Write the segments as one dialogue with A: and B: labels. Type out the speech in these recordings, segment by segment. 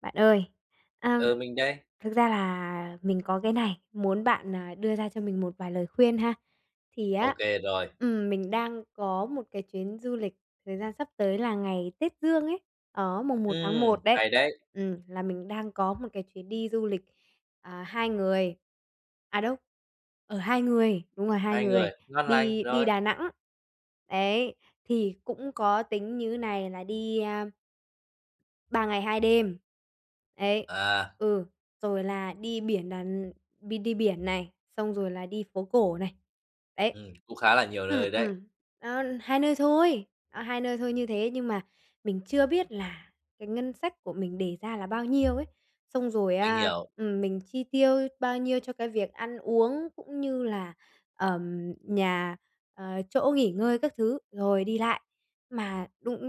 A: Bạn ơi, à,
B: Ừ, mình đây.
A: thực ra là mình có cái này, muốn bạn, đưa ra cho mình một vài lời khuyên ha. Thì á,
B: OK rồi.
A: mình đang có một cái chuyến du lịch thời gian sắp tới là ngày Tết Dương ấy, đó, mùng một tháng một đấy.
B: Hay đấy,
A: Là mình đang có một cái chuyến đi du lịch, 2 người à, đâu, ở 2 người, đúng rồi, 2
B: hai
A: người,
B: người, ngon lành,
A: đi đi
B: rồi.
A: Đà Nẵng. Đấy, thì cũng có tính như này là đi, 3 ngày 2 đêm. Đấy,
B: À,
A: ừ, rồi là đi biển là đi biển này, xong rồi là đi phố cổ này. Đấy.
B: cũng khá là nhiều
A: Ừm,
B: nơi đấy,
A: ừm, đó, 2 nơi thôi, đó, 2 nơi thôi như thế nhưng mà mình chưa biết là cái ngân sách của mình đề ra là bao nhiêu ấy. Xong rồi,
B: mình hiểu.
A: mình chi tiêu bao nhiêu cho cái việc ăn uống cũng như là, ờm, nhà, chỗ nghỉ ngơi các thứ, rồi đi lại. Mà đúng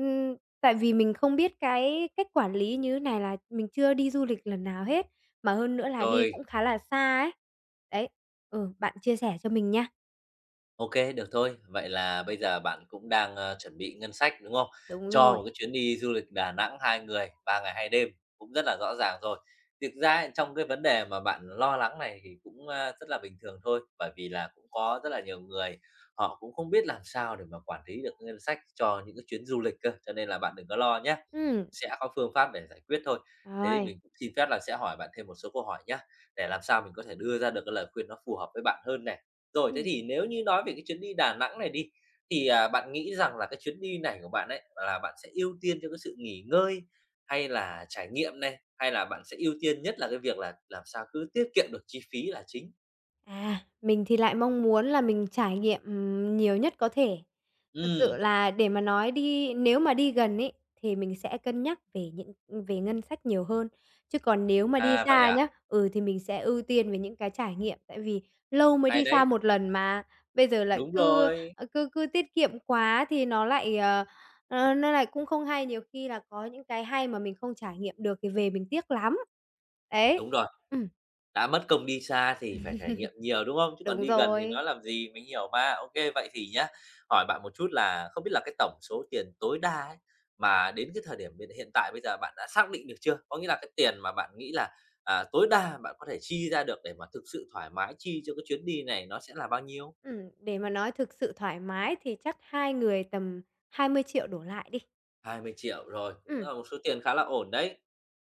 A: Tại vì mình không biết cái cách quản lý như thế này là mình chưa đi du lịch lần nào hết, mà hơn nữa là đi cũng
B: Rồi,
A: khá là xa ấy. Đấy, ừ, bạn chia sẻ cho mình nha.
B: OK, được thôi. Vậy là bây giờ bạn cũng đang, chuẩn bị ngân sách, đúng không?
A: Đúng
B: Cho
A: rồi,
B: một cái chuyến đi du lịch Đà Nẵng 2 người, 3 ngày 2 đêm cũng rất là rõ ràng rồi. Thực ra trong cái vấn đề mà bạn lo lắng này thì cũng, rất là bình thường thôi, bởi vì là cũng có rất là nhiều người họ cũng không biết làm sao để mà quản lý được cái ngân sách cho những cái chuyến du lịch cơ, cho nên là bạn đừng có lo nhé.
A: ừm,
B: Sẽ có phương pháp để giải quyết thôi. Thế thì
A: rồi,
B: mình cũng xin phép là sẽ hỏi bạn thêm một số câu hỏi nhé, để làm sao mình có thể đưa ra được cái lời khuyên nó phù hợp với bạn hơn này. Rồi, thế
A: ừm.
B: thì nếu như nói về cái chuyến đi Đà Nẵng này đi, thì, à, bạn nghĩ rằng là cái chuyến đi này của bạn ấy là bạn sẽ ưu tiên cho cái sự nghỉ ngơi, hay là trải nghiệm này, hay là bạn sẽ ưu tiên nhất là cái việc là làm sao cứ tiết kiệm được chi phí là chính?
A: À, mình thì lại mong muốn là mình trải nghiệm, nhiều nhất có thể. Thực sự
B: Ừm,
A: là để mà nói đi nếu mà đi gần ấy, thì mình sẽ cân nhắc về về ngân sách nhiều hơn, chứ còn nếu mà đi
B: à, vậy
A: xa nhá,
B: à?
A: thì mình sẽ ưu tiên về những cái trải nghiệm, tại vì lâu mới
B: Hay
A: đi xa
B: đấy,
A: một lần mà, bây giờ lại
B: đúng
A: cứ,
B: rồi,
A: ờ, cứ cứ tiết kiệm quá thì nó lại cũng không hay, nhiều khi là có những cái hay mà mình không trải nghiệm được thì về mình tiếc lắm. Đấy,
B: đúng rồi.
A: ừm,
B: Đã mất công đi xa thì phải trải nghiệm nhiều, đúng không? Chứ còn
A: đúng
B: đi gần thì
A: rồi.
B: nói làm gì, mình hiểu mà. OK, vậy thì nhá, hỏi bạn một chút là không biết là cái tổng số tiền tối đa ấy, mà đến cái thời điểm hiện hiện tại bây giờ bạn đã xác định được chưa? Có nghĩa là cái tiền mà bạn nghĩ là, à, tối đa bạn có thể chi ra được để mà thực sự thoải mái chi cho cái chuyến đi này nó sẽ là bao nhiêu?
A: Để mà nói thực sự thoải mái thì chắc hai người tầm 20 triệu đổ lại đi.
B: 20 triệu rồi, cũng
A: Ừm.
B: là một số tiền khá là ổn đấy.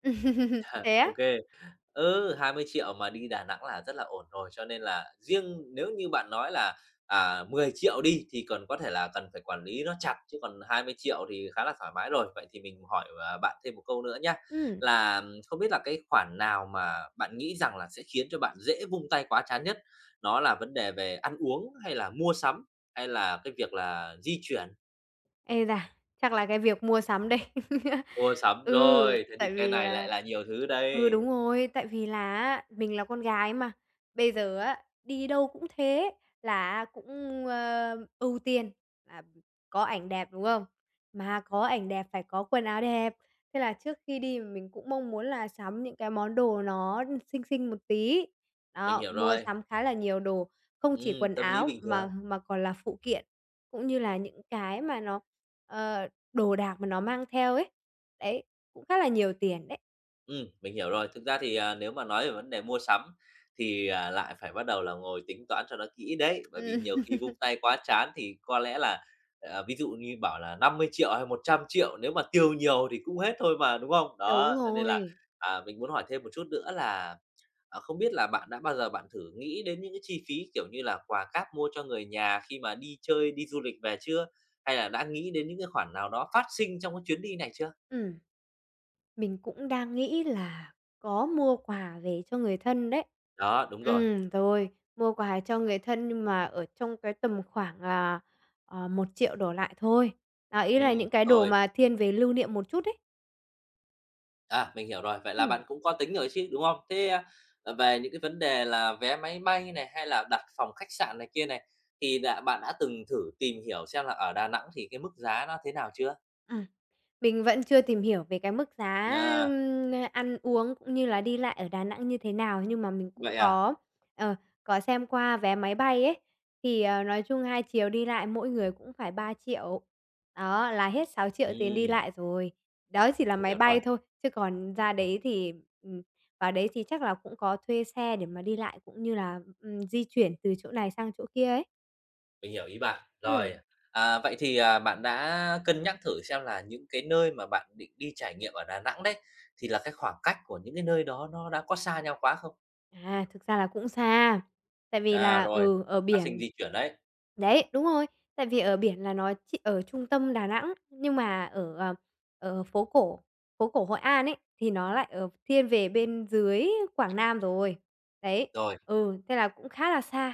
A: Thế á?
B: OK, Ừ, 20.000.000 mà đi Đà Nẵng là rất là ổn rồi, cho nên là riêng nếu như bạn nói là, à, 10 triệu đi thì còn có thể là cần phải quản lý nó chặt, chứ còn 20.000.000 thì khá là thoải mái rồi. Vậy thì mình hỏi, bạn thêm một câu nữa nhá,
A: Ừm,
B: là không biết là cái khoản nào mà bạn nghĩ rằng là sẽ khiến cho bạn dễ vung tay quá chán nhất? Nó là vấn đề về ăn uống, hay là mua sắm, hay là cái việc là di chuyển?
A: ê da, chắc là cái việc mua sắm đây.
B: Mua sắm
A: Ừ,
B: rồi, thế
A: tại
B: thì cái
A: vì,
B: này lại
A: à
B: là nhiều thứ
A: Ừ,
B: đây.
A: đúng rồi, tại vì là á, mình là con gái mà, bây giờ á, đi đâu cũng thế, là cũng, ưu tiên là có ảnh đẹp, đúng không? Mà có ảnh đẹp phải có quần áo đẹp, thế là trước khi đi mình cũng mong muốn là sắm những cái món đồ nó xinh xinh một tí.
B: Mình
A: Đó,
B: hiểu
A: mua
B: rồi.
A: sắm khá là nhiều đồ, không chỉ quần
B: Tâm lý
A: áo
B: bình thường.
A: mà còn là phụ kiện, cũng như là những cái mà đồ đạc mà nó mang theo ấy. Đấy, cũng khá là nhiều tiền đấy.
B: Mình hiểu rồi. Thực ra thì, à, nếu mà nói về vấn đề mua sắm thì, à, lại phải bắt đầu là ngồi tính toán cho nó kỹ đấy, bởi vì nhiều
A: Ừm.
B: khi vung tay quá chán thì có lẽ là, à, ví dụ như bảo là 50 triệu hay 100 triệu nếu mà tiêu nhiều thì cũng hết thôi mà, đúng không?
A: Đúng
B: Đó, cho nên là,
A: rồi.
B: à, mình muốn hỏi thêm một chút nữa là, à, không biết là bạn đã bao giờ bạn thử nghĩ đến những cái chi phí, kiểu như là, quà cáp mua cho người nhà khi mà đi chơi, đi du lịch về chưa? Hay là đã nghĩ đến những cái khoản nào đó phát sinh trong cái chuyến đi này chưa?
A: Ừm, mình cũng đang nghĩ là có mua quà về cho người thân đấy.
B: Đó, đúng rồi.
A: Rồi, mua quà cho người thân nhưng mà ở trong cái tầm khoảng là, 1000 đổ lại thôi. Đó, ý là
B: Ừ,
A: những cái đồ
B: rồi.
A: mà thiên về lưu niệm một chút đấy.
B: À, mình hiểu rồi. Vậy là
A: Ừm.
B: bạn cũng có tính rồi chứ, đúng không? Thế, về những cái vấn đề là vé máy bay này, hay là đặt phòng khách sạn này kia này, thì bạn đã từng thử tìm hiểu xem là ở Đà Nẵng thì cái mức giá nó thế nào chưa?
A: Ừm. Mình vẫn chưa tìm hiểu về cái mức giá,
B: À,
A: ăn uống cũng như là đi lại ở Đà Nẵng như thế nào, nhưng mà mình cũng
B: vậy à?
A: ờ, có xem qua vé máy bay ấy, thì, nói chung hai chiều đi lại mỗi người cũng phải 3 triệu. Đó, là hết 6 triệu tiền đi
B: Ừm,
A: lại rồi. Đó chỉ là
B: mình
A: máy
B: hiểu rồi.
A: bay thôi, chứ còn ra
B: Ừm,
A: đấy thì, ừm, vào đấy thì chắc là cũng có thuê xe để mà đi lại cũng như là, di chuyển từ chỗ này sang chỗ kia ấy.
B: mình hiểu ý bạn.
A: Ừm.
B: Rồi, à, vậy thì, à, bạn đã cân nhắc thử xem là những cái nơi mà bạn định đi trải nghiệm ở Đà Nẵng đấy, thì là cái khoảng cách của những cái nơi đó nó đã có xa nhau quá không?
A: À, thực ra là cũng xa, tại vì
B: À,
A: là
B: rồi,
A: ở
B: phát sinh
A: biển
B: di chuyển đấy.
A: đấy, đúng rồi, tại vì ở biển là nó ch ở trung tâm Đà Nẵng, nhưng mà ở phố cổ Hội An ấy, thì nó lại ở thiên về bên dưới Quảng Nam rồi. Đấy,
B: Rồi.
A: ừ, thế là cũng khá là xa.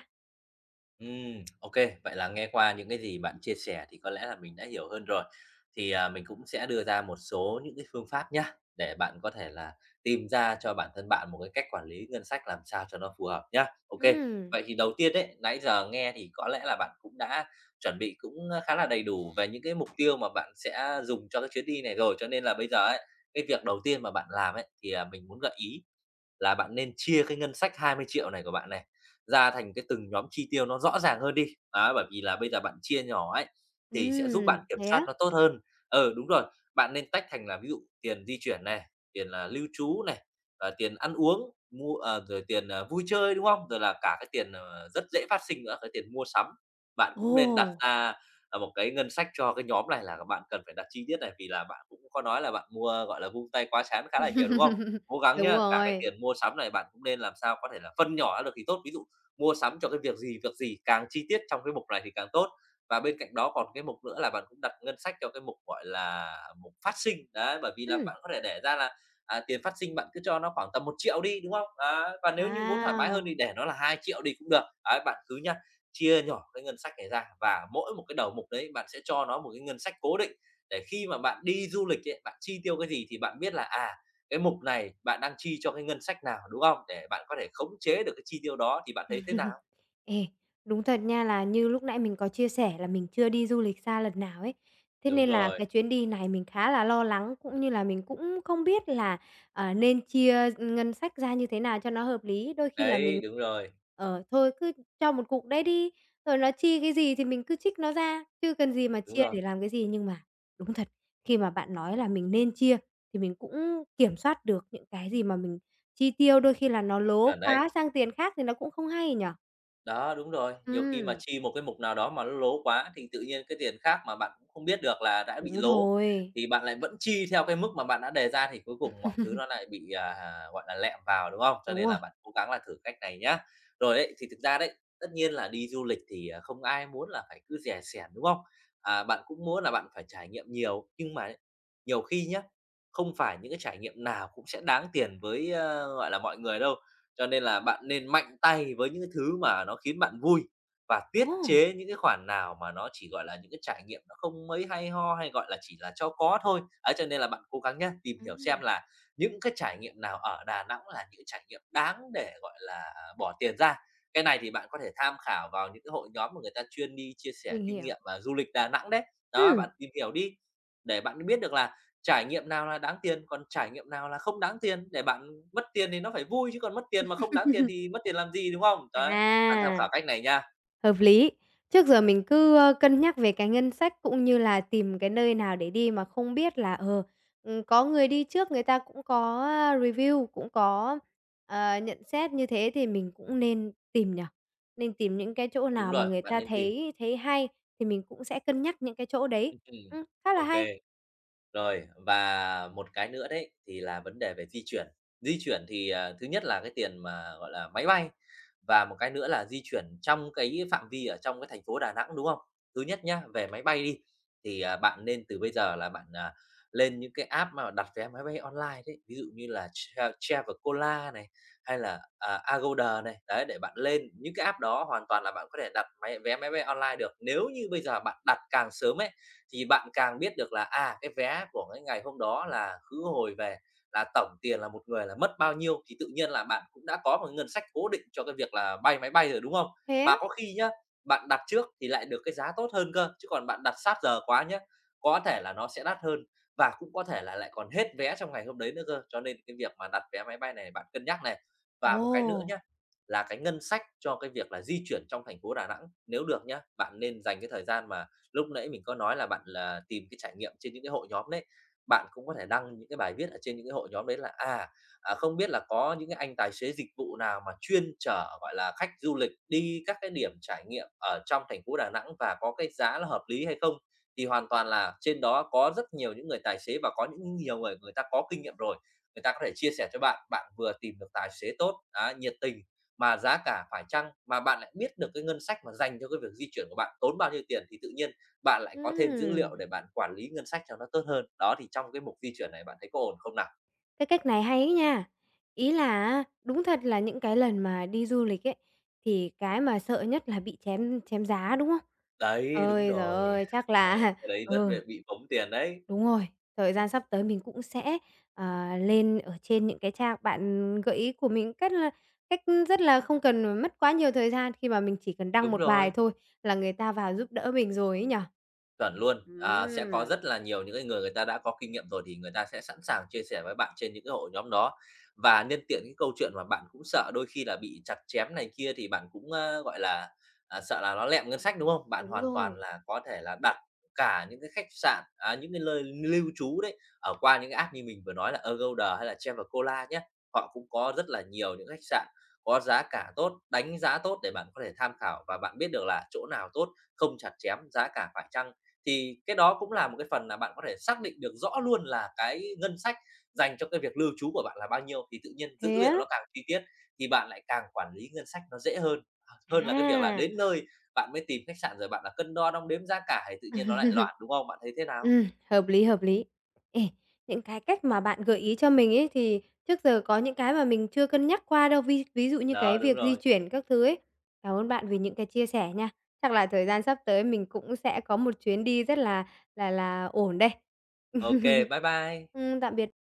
B: OK, vậy là nghe qua những cái gì bạn chia sẻ thì có lẽ là mình đã hiểu hơn rồi. Thì, à, mình cũng sẽ đưa ra một số những cái phương pháp nhá, để bạn có thể là tìm ra cho bản thân bạn một cái cách quản lý ngân sách làm sao cho nó phù hợp nhá. OK,
A: Ừm,
B: vậy thì đầu tiên đấy, nãy giờ nghe thì có lẽ là bạn cũng đã chuẩn bị cũng, khá là đầy đủ về những cái mục tiêu mà bạn sẽ dùng cho cái chuyến đi này rồi, cho nên là bây giờ ấy, cái việc đầu tiên mà bạn làm ấy, thì, à, mình muốn gợi ý là bạn nên chia cái ngân sách 20 triệu này của bạn này ra thành cái từng nhóm chi tiêu nó rõ ràng hơn đi. Á, bởi vì là bây giờ bạn chia nhỏ ấy, thì sẽ giúp bạn
A: ừm,
B: kiểm
A: thế á?
B: soát nó tốt hơn. Ừ, đúng rồi, bạn nên tách thành là ví dụ tiền di chuyển này, tiền là lưu trú này, tiền ăn uống, rồi tiền, vui chơi, đúng không? Rồi là cả cái tiền, rất dễ phát sinh nữa, cái tiền mua sắm. Bạn cũng nên đặt
A: Ồ!
B: ra, một cái ngân sách cho cái nhóm này là các bạn cần phải đặt chi tiết này, vì là bạn cũng có nói là bạn mua, gọi là, vung tay quá chán khá là nhiều, đúng không? Cố gắng
A: Đúng
B: nhá, cả cái
A: rồi.
B: tiền mua sắm này bạn cũng nên làm sao có thể là phân nhỏ ra được thì tốt. Ví dụ mua sắm cho cái việc gì càng chi tiết trong cái mục này thì càng tốt. Và bên cạnh đó còn cái mục nữa là bạn cũng đặt ngân sách cho cái mục, gọi là, mục phát sinh. Đấy, bởi vì là
A: Ừm,
B: bạn có thể để ra là, à, tiền phát sinh bạn cứ cho nó khoảng tầm 1 triệu đi, đúng không? Đấy, và nếu như muốn thoải mái hơn
A: wow!
B: thì để nó là 2 triệu đi cũng được. Đấy, bạn cứ nhá, chia nhỏ cái ngân sách này ra và mỗi một cái đầu mục đấy bạn sẽ cho nó một cái ngân sách cố định để khi mà bạn đi du lịch ấy, bạn chi tiêu cái gì thì bạn biết là, à, cái mục này bạn đang chi cho cái ngân sách nào, đúng không? Để bạn có thể khống chế được cái chi tiêu đó thì bạn thấy thế nào?
A: Ê, đúng thật nha là như lúc nãy mình có chia sẻ là mình chưa đi du lịch xa lần nào ấy. Thế
B: Đúng
A: nên là
B: rồi,
A: cái chuyến đi này mình khá là lo lắng, cũng như là mình cũng không biết là, nên chia ngân sách ra như thế nào cho nó hợp lý. Đôi khi là mình,
B: đấy,
A: thôi cứ cho một cục đấy đi, rồi nó chi cái gì thì mình cứ trích nó ra, chứ cần gì mà
B: đúng
A: chia
B: rồi,
A: để làm cái gì. Nhưng mà đúng thật, khi mà bạn nói là mình nên chia thì mình cũng kiểm soát được những cái gì mà mình chi tiêu, đôi khi là nó lố
B: chuẩn đấy.
A: quá sang tiền khác thì nó cũng không hay nhỉ?
B: Đó, đúng rồi. Nhiều khi mà
A: Ừm,
B: chi một cái mục nào đó mà nó lố quá thì tự nhiên cái tiền khác mà bạn cũng không biết được là đã bị
A: đúng
B: lố,
A: rồi,
B: thì bạn lại vẫn chi theo cái mức mà bạn đã đề ra thì cuối cùng mọi thứ nó lại bị, gọi là, lẹm vào, đúng không? Cho
A: đúng
B: nên
A: rồi.
B: là bạn cố gắng là thử cách này nhá. Rồi đấy thì thực ra đấy, tất nhiên là đi du lịch thì, à, không ai muốn là phải cứ rẻ xẻn, đúng không? À, bạn cũng muốn là bạn phải trải nghiệm nhiều, nhưng mà nhiều khi nhá, không phải những cái trải nghiệm nào cũng sẽ đáng tiền với, gọi là, mọi người đâu. Cho nên là bạn nên mạnh tay với những cái thứ mà nó khiến bạn vui và
A: Ồ!
B: tiết chế những cái khoản nào mà nó chỉ, gọi là, những cái trải nghiệm nó không mấy hay ho, hay, gọi là, chỉ là cho có thôi. Ấy, cho nên là bạn cố gắng nhé, tìm hiểu
A: Ừm.
B: xem là những cái trải nghiệm nào ở Đà Nẵng là những trải nghiệm đáng để, gọi là, bỏ tiền ra. Cái này thì bạn có thể tham khảo vào những cái hội nhóm mà người ta chuyên đi chia sẻ
A: Mình
B: kinh
A: hiểu.
B: nghiệm, và du lịch Đà Nẵng đấy. Đó,
A: Ừm.
B: bạn tìm hiểu đi để bạn biết được là trải nghiệm nào là đáng tiền, còn trải nghiệm nào là không đáng tiền, để bạn mất tiền thì nó phải vui, chứ còn mất tiền mà không đáng tiền thì mất tiền làm gì, đúng không? Đấy, bạn tham
A: À,
B: khảo cách này nha.
A: hợp lý. Trước giờ mình cứ, cân nhắc về cái ngân sách cũng như là tìm cái nơi nào để đi mà không biết là, có người đi trước người ta cũng có, review, cũng có, nhận xét như thế thì mình cũng nên tìm nhỉ? Nên tìm những cái chỗ
B: Đúng
A: nào mà
B: rồi,
A: người
B: bạn
A: ta
B: nên tìm.
A: thấy thấy hay thì mình cũng sẽ cân nhắc những cái chỗ đấy.
B: OK.
A: Khá là hay.
B: Rồi, và một cái nữa đấy thì là vấn đề về di chuyển. Di chuyển thì, à, thứ nhất là cái tiền mà, gọi là, máy bay và một cái nữa là di chuyển trong cái phạm vi ở trong cái thành phố Đà Nẵng, đúng không? Thứ nhất nhá, về máy bay đi, thì, bạn nên từ bây giờ là bạn, lên những cái app mà đặt vé máy bay online đấy, ví dụ như là Traveloka này, hay là, Agoda này, đấy, để bạn lên. Những cái app đó hoàn toàn là bạn có thể đặt máy vé máy bay online được. Nếu như bây giờ bạn đặt càng sớm ấy, thì bạn càng biết được là à cái vé của cái ngày hôm đó là khứ hồi về là tổng tiền là một người là mất bao nhiêu, thì tự nhiên là bạn cũng đã có một ngân sách cố định cho cái việc là bay máy bay rồi, đúng không?
A: Thế á?
B: Mà có khi nhá, bạn đặt trước thì lại được cái giá tốt hơn cơ, chứ còn bạn đặt sát giờ quá nhá, có thể là nó sẽ đắt hơn, và cũng có thể là lại còn hết vé trong ngày hôm đấy nữa cơ, cho nên cái việc mà đặt vé máy bay này bạn cân nhắc này. Và một cái nữa
A: Ồ!
B: nhá, là cái ngân sách cho cái việc là di chuyển trong thành phố Đà Nẵng. Nếu được nhá, bạn nên dành cái thời gian mà lúc nãy mình có nói là bạn là tìm cái trải nghiệm trên những cái hội nhóm đấy, bạn cũng có thể đăng những cái bài viết ở trên những cái hội nhóm đấy là, không biết là có những cái anh tài xế dịch vụ nào mà chuyên chở, gọi là, khách du lịch đi các cái điểm trải nghiệm ở trong thành phố Đà Nẵng và có cái giá là hợp lý hay không? Thì hoàn toàn là trên đó có rất nhiều những người tài xế, và có những nhiều người, người ta có kinh nghiệm rồi, người ta có thể chia sẻ cho bạn, bạn vừa tìm được tài xế tốt, á, nhiệt tình, mà giá cả phải chăng, mà bạn lại biết được cái ngân sách mà dành cho cái việc di chuyển của bạn tốn bao nhiêu tiền, thì tự nhiên bạn lại có thêm dữ liệu để
A: Ừm.
B: bạn quản lý ngân sách cho nó tốt hơn. Đó, thì trong cái mục di chuyển này bạn thấy có ổn không nào?
A: Cái cách này hay ấy nha. Ý là đúng thật là những cái lần mà đi du lịch ấy, thì cái mà sợ nhất là bị chém chém giá, đúng không?
B: Đấy, đúng
A: Ôi giời
B: rồi.
A: ơi, chắc
B: Ờ,
A: là
B: cái đấy rất
A: ừ,
B: là bị bống tiền đấy.
A: đúng rồi, thời gian sắp tới mình cũng sẽ, lên ở trên những cái trang bạn gợi ý của mình cách rất là không cần phải mất quá nhiều thời gian khi mà mình chỉ cần đăng
B: Đúng
A: một bài
B: rồi.
A: thôi là người ta vào giúp đỡ mình rồi ấy nhỉ?
B: Chuẩn luôn. À, sẽ có
A: Ừm.
B: rất là nhiều những cái người, người ta đã có kinh nghiệm rồi thì người ta sẽ sẵn sàng chia sẻ với bạn trên những cái hội nhóm đó. Và nhân tiện cái câu chuyện mà bạn cũng sợ đôi khi là bị chặt chém này kia, thì bạn cũng, ơ, gọi là, sợ là nó lẹm ngân sách, đúng không? Bạn
A: Đúng
B: hoàn toàn
A: rồi.
B: là có thể là đặt cả những cái khách sạn, à, những cái lơi lưu trú đấy, ở qua những cái app như mình vừa nói là Agoda hay là Traveloka nhé. Họ cũng có rất là nhiều những khách sạn có giá cả tốt, đánh giá tốt để bạn có thể tham khảo, và bạn biết được là chỗ nào tốt, không chặt chém, giá cả phải chăng, thì cái đó cũng là một cái phần là bạn có thể xác định được rõ luôn là cái ngân sách dành cho cái việc lưu trú của bạn là bao nhiêu, thì tự nhiên dữ
A: Thế á?
B: liệu nó càng chi tiết thì bạn lại càng quản lý ngân sách nó dễ hơn. À, hơn là cái việc là
A: À!
B: đến nơi bạn mới tìm khách sạn rồi bạn là cân đo đong đếm giá cả thì tự nhiên nó lại loạn, đúng không, bạn thấy thế nào?
A: Ừm, hợp lý, hợp lý. Ê, những cái cách mà bạn gợi ý cho mình ấy thì trước giờ có những cái mà mình chưa cân nhắc qua đâu, ví ví dụ như cái
B: Đó, đúng
A: việc di
B: rồi.
A: chuyển các thứ ấy. Cảm ơn bạn vì những cái chia sẻ nha. Chắc là thời gian sắp tới mình cũng sẽ có một chuyến đi rất là ổn đây.
B: Ok, bye bye.
A: Tạm biệt